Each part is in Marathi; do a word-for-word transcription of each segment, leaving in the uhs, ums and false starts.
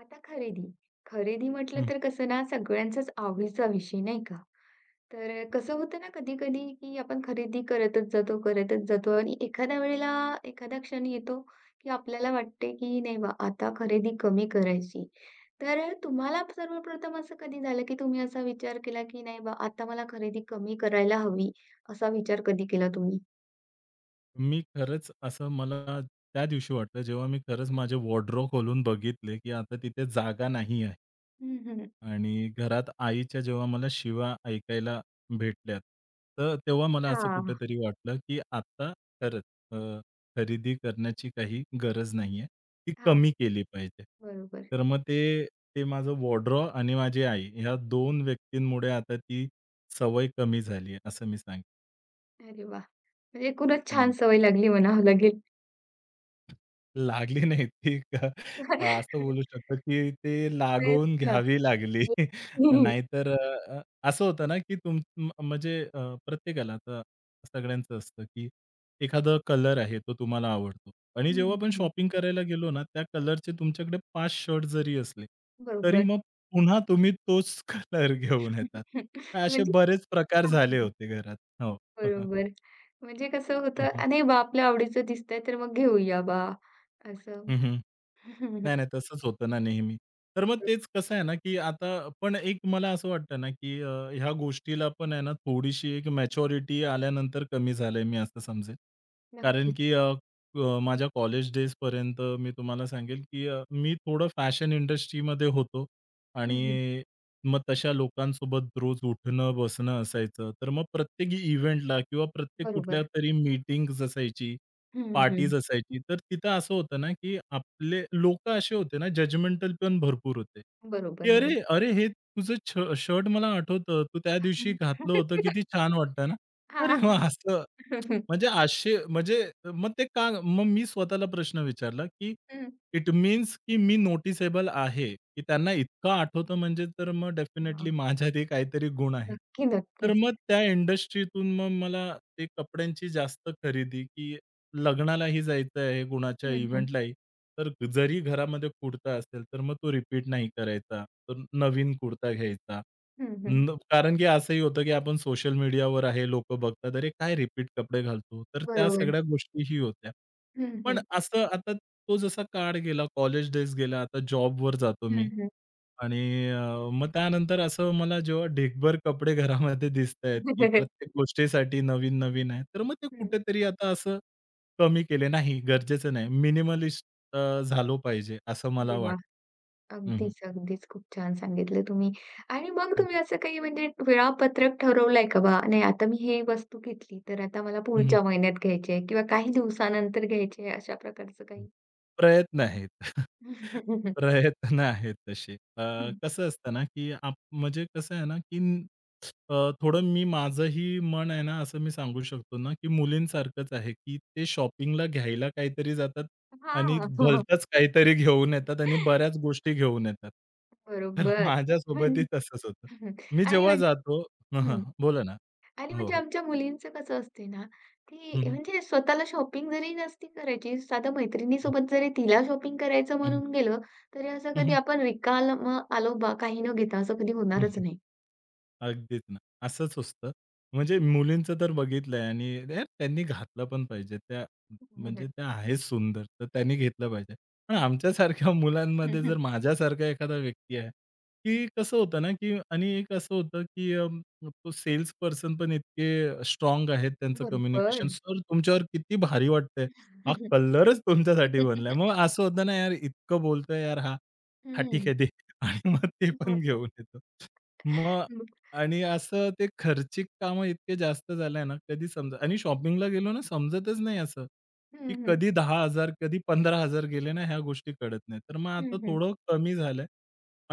आता खरेदी. खरेदी म्हटलं हं. तर कसं ना सगळ्यांचाच आवडीचा विषय नाही का? तर अ, कसं होतं ना कधी-कधी की आपण खरेदी करतच जातो, करतच जातो आणि एखाद्या वेळेला एखादा क्षण येतो की आपल्याला वाटते की नाही बा आता खरेदी कमी करायची. तर तुम्हाला सर्वप्रथम असं कधी झालं की तुम्ही असा विचार केला की नाही बा आता मला खरेदी कमी करायला हवी, असा विचार कधी केला तुम्ही? मी खरंच असं मला त्या दिवशी वाटलं, जेव्हा मी खरंच माझे वॉर्डरोब खोलून बघितले, की आता तिथे जागा नाही आहे. हं, हं. आणि घरात आईच्या जेव्हा मला शिव्या ऐकायला भेटल्यात, तर तेव्हा मला असं हां, कुठेतरी वाटलं, की आता खरंच अ, खरेदी करण्याची काही गरज नाही ती हां. कमी केली पाहिजे. बरोबर. तर मग ते ते माझं वॉर्डरोब आणि माझी आई ह्या दोन व्यक्तींमुळे आता ती सवय कमी झाली आहे, असं मी सांगेन. अरे वाह! म्हणजे एकूणच छान सवय लागली म्हणावं लागेल. लागली नाही ती अ, असं बोलू शकतो, की ते तेच लागवून ना. घ्यावी लागली. नाहीतर अ, असं होतं ना, की तुम म- म्हणजे अ, प्रत्येकाला आता सगळ्यांचं असतं, की एखादा कलर आहे तो तुम्हाला आवडतो आणि जेव्हा हं, आपण हं. शॉपिंग करायला गेलो ना, त्या कलरचे तुमच्याकडे पाच शर्ट जरी असले, तरी बरोबर. मग पुन्हा तुम्ही तोच कलर घेऊन येतात. तर असे म्हणजे बरेच प्रकार हां, झाले होते घरात. हो. बरोबर. म्हणजे कसं हं, होतं, हं. "नाही बा, आपल्या आवडीचं दिसतंय, तर मग घेऊया बा," असं. बरोबर. नाही, नाही. तसंच होतं ना नेहमी. तर मग तेच कसं आहे ना, की आता पण एक मला असं वाटतं ना, की अ, ह्या गोष्टीला पण आहे ना, थोडीशी एक मॅच्युरिटी आल्यानंतर कमी झालंय मी असं समजेल. कारण की नक्कीच. अ, अ, माझ्या कॉलेज डेजपर्यंत मी तुम्हाला सांगेल, की अ, मी थोडं फॅशन इंडस्ट्रीमध्ये होतो हं, हं. आणि मग तशा लोकांसोबत रोज उठणं, बसणं असायचं. तर मग प्रत्येक इव्हेंटला किंवा प्रत्येक बरोबर. कुठल्यातरी मीटिंग्ज असायची. हं, हं. पार्टीज असायची. तर तिथं असं होतं ना, की आपले लोकं असे होते ना, जजमेंटल पण भरपूर होते, बरोबर, की बरोबर. "अरे, अरे, हे तुझं छ शर्ट मला आठवतं. तू त्या दिवशी घातलं होतं. किती छान वाटतं ना." अरे हां. वाह! असं म्हणजे असे म्हणजे मग ते का मग मी स्वतःला प्रश्न विचारला, की हं. इट मीन्स की मी नोटिसेबल आहे, की त्यांना इतकं आठवतं म्हणजे तर मग हां. डेफिनेटली माझ्यातही काहीतरी गुण आहेत. नक्की, तर नक्कीच. मग त्या इंडस्ट्रीतून मग मला ते कपड्यांची जास्त खरेदी, की लग्नालाही जायचं आहे, कुणाच्या हं, हं. इव्हेंटलाही, तर जरी घरामध्ये कुर्ता असेल, तर मग तो रिपीट नाही करायचा. तर नवीन कुर्ता घ्यायचा. हं, हं. न कारण की असंही होतं, की आपण सोशल मीडियावर आहे, लोकं बघतात, "अरे, काय रिपीट कपडे घालतो?" तर त्या बरोबर. सगळ्या गोष्टीही होत्या. हं, पण हं. असं आता तो जसा काळ गेला, कॉलेज डेज गेला, आता जॉबवर जातो मी. हं, हं. आणि अ, मग त्यानंतर असं मला जेव्हा ढीगभर कपडे घरामध्ये दिसतायत, की हं. प्रत्येक गोष्टीसाठी नवीन-नवीन आहे. तर मग ते कुठेतरी आता असं कमी केले. नाही गरजेचं नाही. मिनिमलिस्ट अ, झालो पाहिजे असं अरे मला वाह! वाटतं. हं, हं. अगदीच, अगदीच. खूप छान सांगितलं तुम्ही. आणि मग तुम्ही असं काही म्हणजे वेळापत्रक ठरवलंय का बा, नाही आता मी हे वस्तू घेतली, तर आता मला पुढच्या महिन्यात घ्यायची आहे किंवा काही दिवसानंतर घ्यायची आहे, अशा प्रकारचं काही? प्रयत्न आहेत. प्रयत्न आहेत तसे. अ, हं. कसं असतं ना, की आप म्हणजे कसं आहे ना, की न- अ, थोडं मी माझंही मन आहे ना, असं मी सांगू शकतो ना, की मुलींसारखंच आहे, की ते शॉपिंगला घ्यायला काहीतरी जातात आणि हां. भलतंच काहीतरी घेऊन येतात आणि बऱ्याच गोष्टी घेऊन येतात. तर बरोबर. माझ्यासोबतही आणि तसंच होतं. मी जेव्हा म्हणजे जातो हं, हां. हं. बोला ना. आणि हो, म्हणजे हो. आमच्या मुलींचं कसं असते ना, हं, की हं. म्हणजे स्वतःला शॉपिंग जरी नसती करायची, साधं हं, मैत्रिणीसोबत जरी तिला शॉपिंग करायचं हं. म्हणून गेलं, तरी असं कधी हं, आपण रिकामं आलो बा काही न घेता असं कधी होणारच हं. नाही. अगदीच ना. असंच असतं. म्हणजे मुलींचं तर बघितलंय आणि यार त्यांनी घातलं पण पाहिजे. त्या म्हणजे त्या आहेत सुंदर, तर त्यांनी घेतलं पाहिजे. पण आमच्यासारख्या मुलांमध्ये जर माझ्यासारखा एखादा व्यक्ती आहे, की कसं होतं ना, की आणि एक असं होतं, की अ, तो सेल्स पर्सन पण इतके स्ट्राँग आहेत त्यांचं बरोबर. कम्युनिकेशन. "सर तुमच्यावर किती भारी वाटतंय. हा कलरच तुमच्यासाठी बनलाय." मग असं होतं ना, यार इतकं बोलतोय यार हा. "हां, ठीक हं. आहे दे." आणि मग ते पण घेऊन येतो. मग आणि असं ते खर्चिक कामं इतके जास्त झालंय ना, कधी समज आणि शॉपिंगला गेलो ना समजतच नाही असं, हं, की हं. हं, हं. कधी दहा हजार कधी पंधरा हजार गेले ना ह्या गोष्टी कळत नाही. तर मग हं, आता हं. थोडं कमी झालंय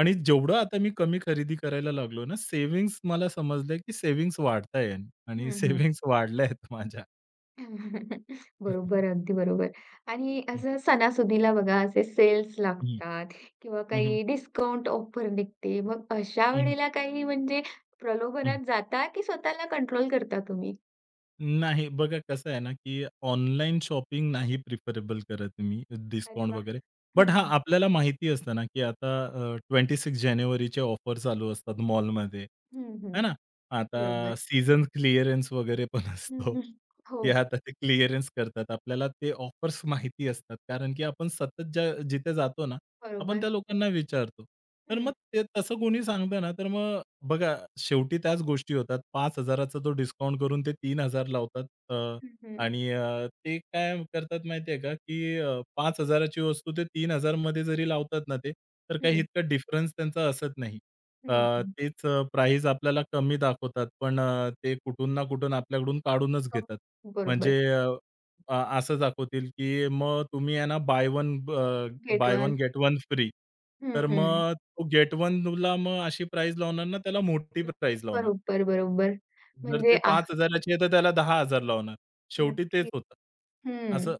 आणि जेवढं आता मी कमी खरेदी करायला लागलो ना, सेव्हिंग्ज मला समजलंय, की सेव्हिंग्ज वाढताय आणि हं, सेव्हिंग्ज वाढल्यात माझ्या. हं, बरोबर, अगदी बरोबर. आणि असं सणासुदीला बघा असे सेल्स हं, लागतात किंवा हं, हं, काही डिस्काउंट ऑफर निघते. मग अशा वेळेला काही म्हणजे प्रलोभनात जाता की स्वतःला कंट्रोल करता तुम्ही? नाही. बघा कसं आहे ना, की ऑनलाईन शॉपिंग नाही प्रिफरेबल करत मी अरे डिस्काउंट वाह! वगैरे. बट हां, हं, आपल्याला माहिती असतं ना, की आता अ, सव्वीस जानेवारीचे ऑफर चालू असतात मॉलमध्ये, हं, हं. है ना? आता बरोबर. सीझन क्लिअरन्स वगैरे पण हं, असतो, हं. हो, की आता ते क्लिअरन्स करतात. आपल्याला ते ऑफर्स माहिती असतात, कारण की आपण सतत ज्या जिथे जातो ना, आपण बरोबर. त्या लोकांना विचारतो. तर मग हं, ते तसं कोणी सांगतं ना, तर मग बघा, शेवटी त्याच गोष्टी होतात. पाच हजार चा तो डिस्काउंट करून ते तीन हजार लावतात. अ, हं, हं. आणि अ, ते काय करतात माहिती का, की अ, पाच हजार ची वस्तू ते तीन हजार मध्ये जरी लावतात ना ते, तर काही हं, इतका डिफरन्स त्यांचा असत नाही. अ, हं, हं. तेच अ, आपल्याला कमी दाखवतात, पण अ, ते कुठून ना कुठून आपल्याकडून काढूनच हो, घेतात. बरोबर. म्हणजे अ अ, असं दाखवतील, की मग तुम्ही आहे ना buy one uh, get buy one one. Get one free. हं, तर हं. मग तो गेट वनला मग अशी प्राईज लावणार ना, त्याला मोठी प्राईज लावणार. बरोबर, बरोबर. जर म्हणजे ते आह, पाच हजार ची आहे, तर त्याला दहा हजार लावणार. शेवटी तेच नक्की. होतं. हं. असं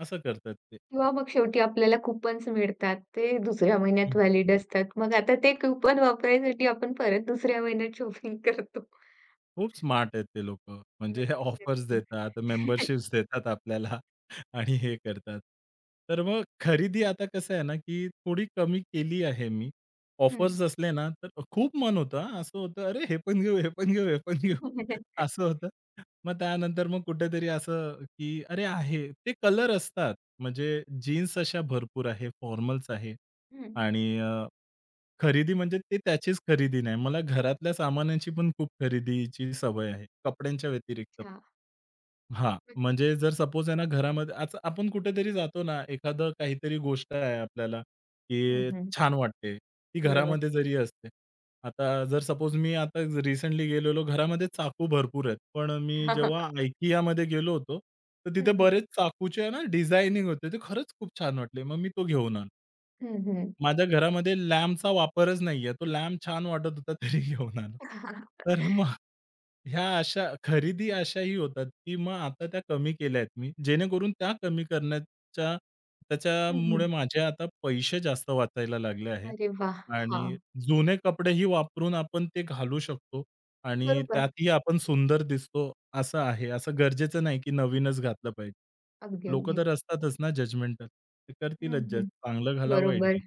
असं करतात किंवा मग शेवटी आपल्याला कुपन्स मिळतात. ते दुसऱ्या महिन्यात ते. व्हॅलिड असतात. मग आता ते कूपन वापरायसाठी आपण परत दुसऱ्या महिन्यात शॉपिंग करतो. खूप स्मार्ट आहेत ते लोकं. म्हणजे हे नक्की, ऑफर्स नक्की. देतात, मेंबरशिप्स देतात आपल्याला आणि हे करतात. तर मग खरेदी आता कसं आहे ना, की थोडी कमी केली आहे मी. हं. ऑफर्स असले ना, तर खूप मन होतं हां. असं होतं, "अरे हे पण घेऊ, हे पण घेऊ, हे पण घेऊ." असं होतं. मग त्यानंतर मग कुठेतरी असं, की "अरे आहे." ते कलर असतात. म्हणजे जीन्स अशा भरपूर आहे, फॉर्मल्स आहे हं. आणि खरेदी म्हणजे ते त्याचीच खरेदी नाही. मला घरातल्या सामानांची पण खूप खरेदीची सवय आहे, कपड्यांच्या व्यतिरिक्त. अच्छा. हां, म्हणजे जर सपोज आहे ना, घरामध्ये आज आपण कुठेतरी जातो ना, एखादं काहीतरी गोष्ट आहे आपल्याला, हं, की हं. छान वाटते. ती बरोबर. घरामध्ये जरी असते. आता जर सपोज मी आता रिसेंटली गेलेलो, घरामध्ये चाकू भरपूर आहेत. पण मी जेव्हा IKEAमध्ये गेलो होतो, तर हं, तिथे हं. बरेच चाकूचे आहे ना, डिझायनिंग होते. ते खरंच खूप छान वाटले. मग मी तो घेऊन आलो. हं, हं. माझ्या घरामध्ये लॅम्पचा वापरच नाहीये. तो लॅम्प छान वाटत होता तरी घेऊन आलो. तर मग ह्या अशा खरेदी अशाही होतात, की मग आता त्या कमी केल्या आहेत मी. जेणेकरून त्या कमी करण्याच्या त्याच्यामुळे हं, माझे आता पैसे जास्त वाचायला लागले आहेत. अरे वाह! आणि हां. जुने कपडेही वापरून आपण ते घालू शकतो आणि बरोबर. त्यातही आपण सुंदर दिसतो असं आहे. असं गरजेचं नाही, की नवीनच घातलं पाहिजे. अगदी, लोकं अगदीच. तर असतातच ना जजमेंटल. ते हं, करतीलच जज. हं. चांगलं घाला, वाईट बरोबर. घाला.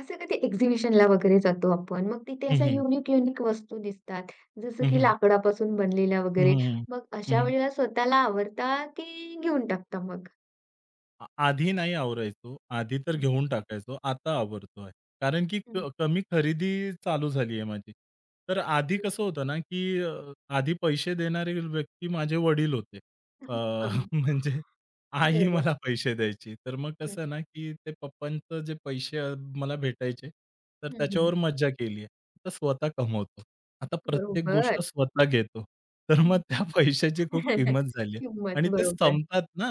असं कधी एक्झिबिशनला वगैरे जातो आपण, मग तिथे अशा युनिक-युनिक वस्तू दिसतात. जसं की Mhm. लाकडापासून बनलेल्या Mhm वगैरे. mhm. मग अशा Mhm. वेळेला स्वतःला आवडता की घेऊन टाकता मग? आ आधी नाही आवरायचो. आधी तर हं. घेऊन टाकायचो. आता आवरतो आहे. कारण की हं. क कमी खरेदी चालू झाली आहे माझी. तर आधी हं. कसं होतं ना, की अ, आधी पैसे देणारे व्यक्ती माझे वडील होते. अ, हां. म्हणजे आई बरोबर. मला पैसे द्यायची. तर मग हं. कसं ना, की ते पप्पांचं जे पैसे अ, मला भेटायचे, तर हं, हं. त्याच्यावर मज्जा केली आहे. तर स्वतः कमवतो. आता प्रत्येक गोष्ट बरोबर. स्वतः घेतो. तर मग हं. त्या पैशाची खूप किंमत झाली आहे किंमत आणि ते बरोबर. संपतात ना.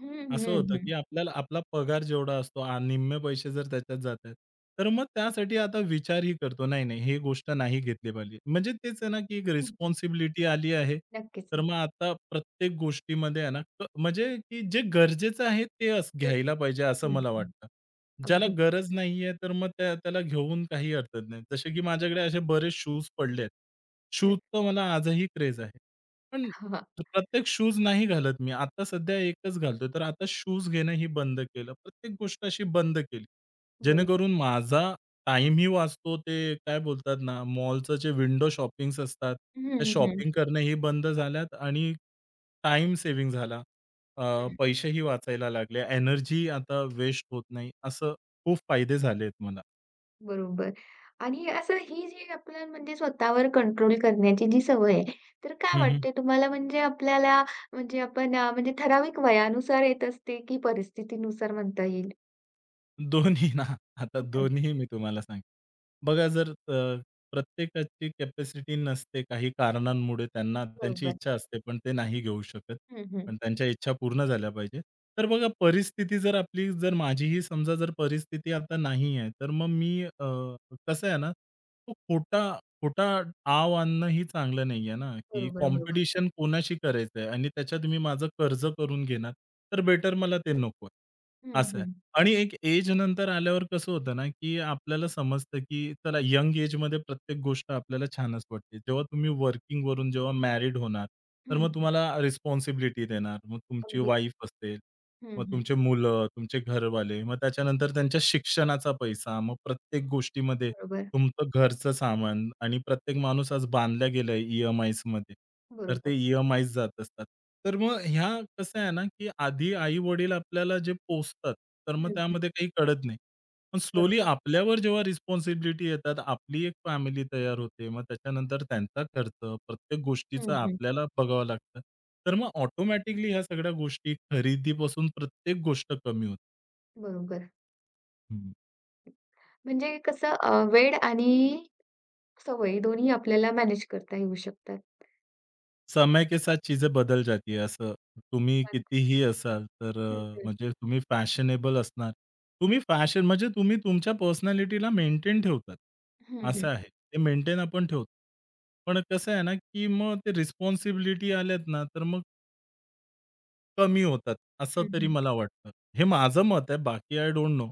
हं, असं हं, होतं, की हं. आपल्याला आपला पगार जेवढा असतो आ निम्मे पैसे जर त्याच्यात जातायत, तर मग त्यासाठी आता विचारही करतो, नाही, नाही हे गोष्ट नाही घेतली पाहिजे. म्हणजे तेच आहे ना, की एक हं, हं. रिस्पॉन्सिबिलिटी आली आहे. नक्कीच. तर मग आता प्रत्येक गोष्टीमध्ये आहे ना, क म्हणजे की जे गरजेचं आहे ते अस तेच. घ्यायला पाहिजे असं हं, मला हं. वाटतं. ज्याला अगदी बरोबर. गरज नाहीये तर मग त्या त्याला घेऊन काही अर्थ नाही. जसे की माझ्याकडे असे बरेच शूज पडले आहेत. हं. शूजचा मला आजही क्रेझ आहे. पण हां, हां. तर प्रत्येक शूज नाही घालत मी. आता सध्या एकच घालतोय. तर आता शूज घेणं ही बंद केलं. प्रत्येक गोष्ट अशी बंद केली. बरोबर. जेणेकरून माझा टाईमही वाचतो. ते काय बोलतात ना, मॉलचं जे विंडो शॉपिंग्स असतात, हं, त्या हं, हं. शॉपिंग करणं ही बंद झाल्यात आणि टाईम सेव्हिंग झाला. अ, हं. पैसेही वाचायला लागले. एनर्जी आता वेस्ट होत नाही. असं खूप फायदे झालेत मला. बरोबर. आणि असं ही जी आपल्याला म्हणजे स्वतःवर कंट्रोल करण्याची जी सवय आहे, तर काय हं, वाटते तुम्हाला म्हणजे आपल्याला म्हणजे आपण अ, म्हणजे ठराविक वयानुसार येत असते की परिस्थितीनुसार म्हणता येईल? दोन्ही ना. आता हं, दोन्ही मी तुम्हाला सांगेन. बघा जर अ, प्रत्येकाची कॅपॅसिटी नसते काही कारणांमुळे त्यांना त्यांची बरोबर. इच्छा असते, पण ते नाही घेऊ शकत. हं, हं. पण त्यांच्या इच्छा पूर्ण झाल्या पाहिजे. तर बघा परिस्थिती जर आपली जर माझीही समजा जर परिस्थिती आता नाही आहे, तर मग मी अ, कसं आहे ना, तो खोटा खोटा आव आणणं ही चांगलं नाही आहे ना, की बरोबर, बरोबर. कॉम्पिटिशन कोणाशी करायचं आहे आणि त्याच्यात मी माझं कर्ज करून घेणार, तर बेटर मला ते नको आहे. हं, असं आहे. हं. आणि एक एज नंतर आल्यावर कसं होतं ना, की आपल्याला समजतं, की चला यंग एज एजमध्ये प्रत्येक गोष्ट आपल्याला छानच वाटते. जेव्हा तुम्ही वर्किंगवरून जेव्हा मॅरिड होणार, तर हं, मग हं. तुम्हाला रिस्पॉन्सिबिलिटी देणार. मग तुमची अगदी. वाईफ असते, हं, मग हं. तुमचे मुलं, तुमचे घरवाले, मग त्याच्यानंतर त्यांच्या शिक्षणाचा पैसा, मग प्रत्येक गोष्टीमध्ये बरोबर, तुमचं घरचं सामान आणि प्रत्येक माणूस आज बांधला गेलाय ई-एम-आयजमध्ये. तर ते बरोबर. ई-एम-आयच जात असतात. तर मग ह्या कसं आहे ना, की आधी आई-वडील आपल्याला जे पोसतात, तर मग हं, हं. त्यामध्ये काही कळत नाही. पण स्लोली बरोबर. आपल्यावर जेव्हा रिस्पॉन्सिबिलिटी येतात, आपली एक फॅमिली तयार होते. मग त्याच्यानंतर त्यांचा खर्च, प्रत्येक हं, गोष्टीचं हं. आपल्याला बघावं लागतं. तर मग ऑटोमॅटिकली ह्या सगळ्या गोष्टी खरेदीपासून प्रत्येक गोष्ट कमी होते. बरोबर. म्हणजे कसं अ, वेळ आणि सवय दोन्ही आपल्याला मॅनेज करता येऊ शकतात. समय के साथ चीज़ें बदल जाती है असं तुम्ही हं, कितीही असाल तर अ, हं. म्हणजे तुम्ही फॅशनेबल असणार. तुम्ही फॅशन म्हणजे तुम्ही तुमच्या पर्सनॅलिटीला मेंटेन ठेवतात. हं, असं हं. आहे. ते मेंटेन आपण ठेवतो. पण कसं आहे ना, की मग ते रिस्पॉन्सिबिलिटी आल्यात ना, तर मग कमी होतात, असं हं, तरी हं. मला वाटतं. हे माझं मत आहे. बाकी आय डोंट नो.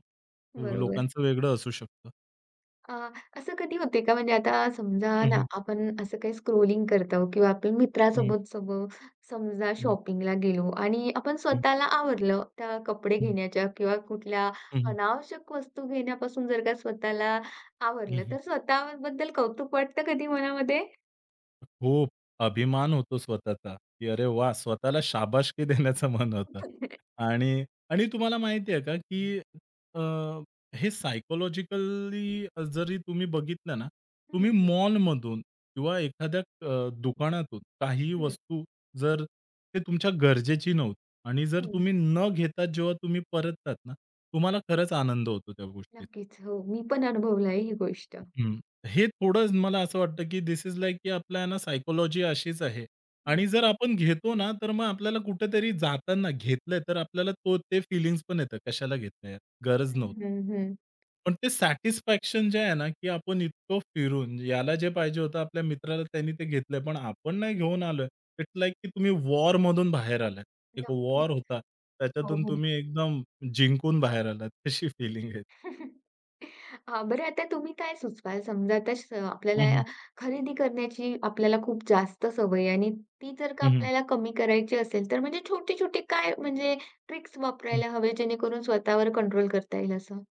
बरोबर. लोकांचं वेगळं असू शकतं. अ, असं कधी होते का म्हणजे आता समजा हं, ना हं. आपण असं काही स्क्रोलिंग करतो किंवा आपल्या हं, मित्रासोबत सोबत समजा हं, शॉपिंगला गेलो आणि आपण हं, स्वतःला आवरलं त्या कपडे हं, घेण्याच्या किंवा कुठल्या हं, अनावश्यक वस्तू घेण्यापासून जर का स्वतःला आवरलं तर स्वतःबद्दल कौतुक वाटतं कधी मनामध्ये? खूप अभिमान होतो स्वतःचा, की अरे वाह! स्वतःला शाबासकी देण्याचं मन होतं. आणि आणि तुम्हाला माहिती आहे का, की अ, हे सायकॉलॉजिकली जरी तुम्ही बघितलं ना, हं, तुम्ही मॉलमधून किंवा एखाद्या अ, दुकानातून काही हं, वस्तू जर ते तुमच्या गरजेची नव्हती आणि जर हं. तुम्ही न घेता जेव्हा तुम्ही परततात ना, तुम्हाला खरंच आनंद होतो त्या गोष्टीचा. नक्कीच. हो, मी पण अनुभवलं आहे ही गोष्ट. हं. हे थोडं मला असं वाटतं, की धिस इज लाइक की आपल्या ना सायकॉलॉजी अशीच आहे हं, आणि जर आपण घेतो ना, तर मग आपल्याला कुठेतरी जाताना घेतलंय, तर आपल्याला तो ते फीलिंग्स पण येतं, कशाला घेतलंय गरज हं, नव्हती. हं, हं. पण ते सॅटिस्फॅक्शन जे आहे ना, की आपण इतकं फिरून, याला जे पाहिजे होतं आपल्या मित्राला त्यांनी ते घेतलंय, पण आपण नाही घेऊन आलोय. इट्स लाइक की तुम्ही वॉरमधून बाहेर आलात. एक नक्कीच. वॉर होता, हो, त्याच्यातून हो. तुम्ही एकदम जिंकून बाहेर आलात, तशी फीलिंग आहे. हां, बरं आता तुम्ही काय सुचवाल? समजा आता स हं, आपल्याला हं. खरेदी करण्याची आपल्याला खूप जास्त सवय आहे आणि ती जर का हं, हं. आपल्याला कमी करायची असेल, तर म्हणजे छोटे-छोटे काय म्हणजे ट्रिक्स वापरायला हवे जेणेकरून स्वतःवर कंट्रोल करता येईल असं?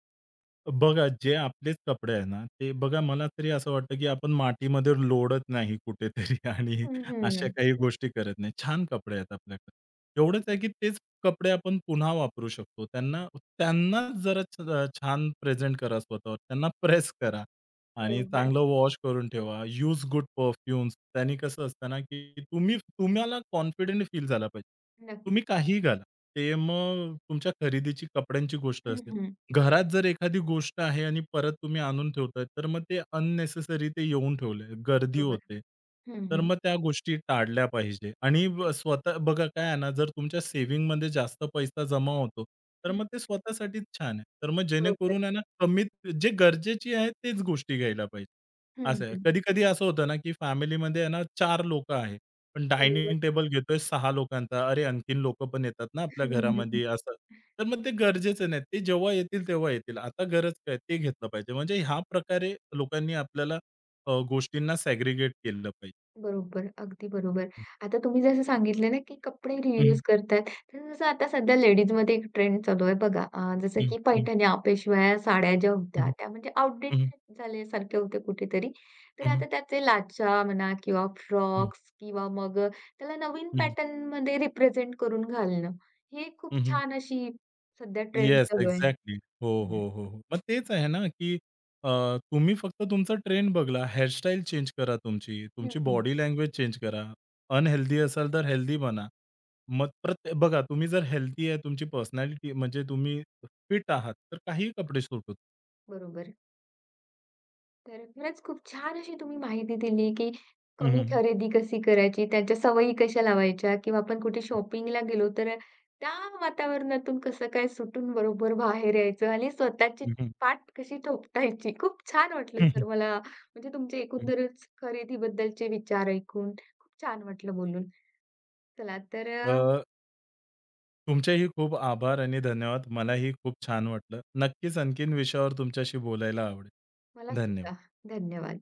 बघा, जे आपलेच कपडे आहे ना, ते बघा मला तरी असं वाटतं, की आपण मातीमध्ये लोळत नाही कुठेतरी आणि हं, अशा हं. काही गोष्टी करत नाही. छान कपडे आहेत आपल्याकडे. एवढंच आहे, बरोबर, की तेच कपडे आपण पुन्हा वापरू शकतो. त्यांना त्यांनाच जरा छ छान प्रेझेंट करा स्वतःवर. त्यांना प्रेस करा आणि बरोबर. चांगलं वॉश करून ठेवा. Use good perfumes. त्याने कसं असतं ना, की तुम्ही तुम्हाला कॉन्फिडंट फील झाला पाहिजे. तुम्ही नक्कीच. काहीही घाला. ते मग तुमच्या खरेदीची, कपड्यांची गोष्ट हं, असेल. हं. घरात जर एखादी गोष्ट आहे आणि परत तुम्ही आणून ठेवताय, तर मग ते अननेसेसरी ते येऊन ठेवलंय, गर्दी बरोबर. होते. हं, तर हं. मग त्या गोष्टी टाळल्या पाहिजे आणि ब स्वतः बघा काय आहे ना, जर तुमच्या सेव्हिंगमध्ये जास्त पैसा जमा होतो, तर हं, हं. मग ते स्वतःसाठीच छान आहे. तर मग बरोबर. जेणेकरून आहे ना, कमीत जे गरजेची आहे तेच गोष्टी घ्यायला पाहिजे. हं, असं आहे. हं. कधी-कधी असं होतं ना, की फॅमिलीमध्ये आहे ना चार लोकं आहेत. पण बरोबर. डायनिंग टेबल घेतोय सहा लोकांचा. अरे, आणखीन लोकं पण येतात ना आपल्या घरामध्ये असं. तर मग ते गरजेचं नाही. ते जेव्हा येतील तेव्हा येतील. आता गरज काय? ते घेतलं पाहिजे. म्हणजे ह्या प्रकारे लोकांनी आपल्याला अ, गोष्टींना सॅग्रीगेट केलं पाहिजे. बरोबर, अगदी बरोबर. हं. आता तुम्ही जसं सांगितलं ना, की कपडे हं, रियूज करतात. तर जसं आता सध्या लेडीजमध्ये एक ट्रेंड चालू आहे बघा, अ, जसं हं, की हं, पैठण्या, पेशव्या, साड्या ज्या हं, होत्या त्या हं, म्हणजे हं, आउटडेट झाल्यासारख्या होत्या कुठेतरी. तर हं, आता त्याचे लाचा म्हणा किंवा फ्रॉक्स किंवा मग अ, त्याला नवीन हं, पॅटर्नमध्ये रिप्रेझेंट करून घालणं. हे खूप हं. छान अशी सध्या ट्रेंड येस, चालू आहे. एक्झॅक्टली. हो, हं. हो, हो, हो. मग तेच आहे ना, की अ, तुम्ही फक्त तुमचा ट्रेंड बघला, हेअरस्टाईल चेंज करा तुमची, हं, तुमची हं. बॉडी लँग्वेज चेंज करा. अनहेल्दी असाल तर हेल्दी बना. मग प्रत्ये बघा तुम्ही जर हेल्दी आहे, तुमची पर्सनॅलिटी म्हणजे तुम्ही फिट आहात, तर काहीही कपडे सूट होतात. बरोबर. तर खरंच खूप छान अशी तुम्ही माहिती दिली, की हं, कमी हं. खरेदी कशी करायची, त्यांच्या सवयी कशा लावायच्या किंवा आपण कुठे शॉपिंगला गेलो तर अ, त्या वातावरणातून कसं काय सुटून बरोबर बाहेर यायचं आणि स्वतःची हं, हं. पाठ कशी ठोठायची. खूप छान वाटलं सर मला म्हणजे तुमचे एकंदरच खरेदीबद्दलचे विचार ऐकून खूप छान वाटलं बोलून. चला तर अ, अ, तुमचेही खूप आभार आणि धन्यवाद. मलाही खूप छान वाटलं. नक्कीच आणखीन विषयावर तुमच्याशी बोलायला आवडेल. मला सुद्धा धन्यवाद. धन्यवाद.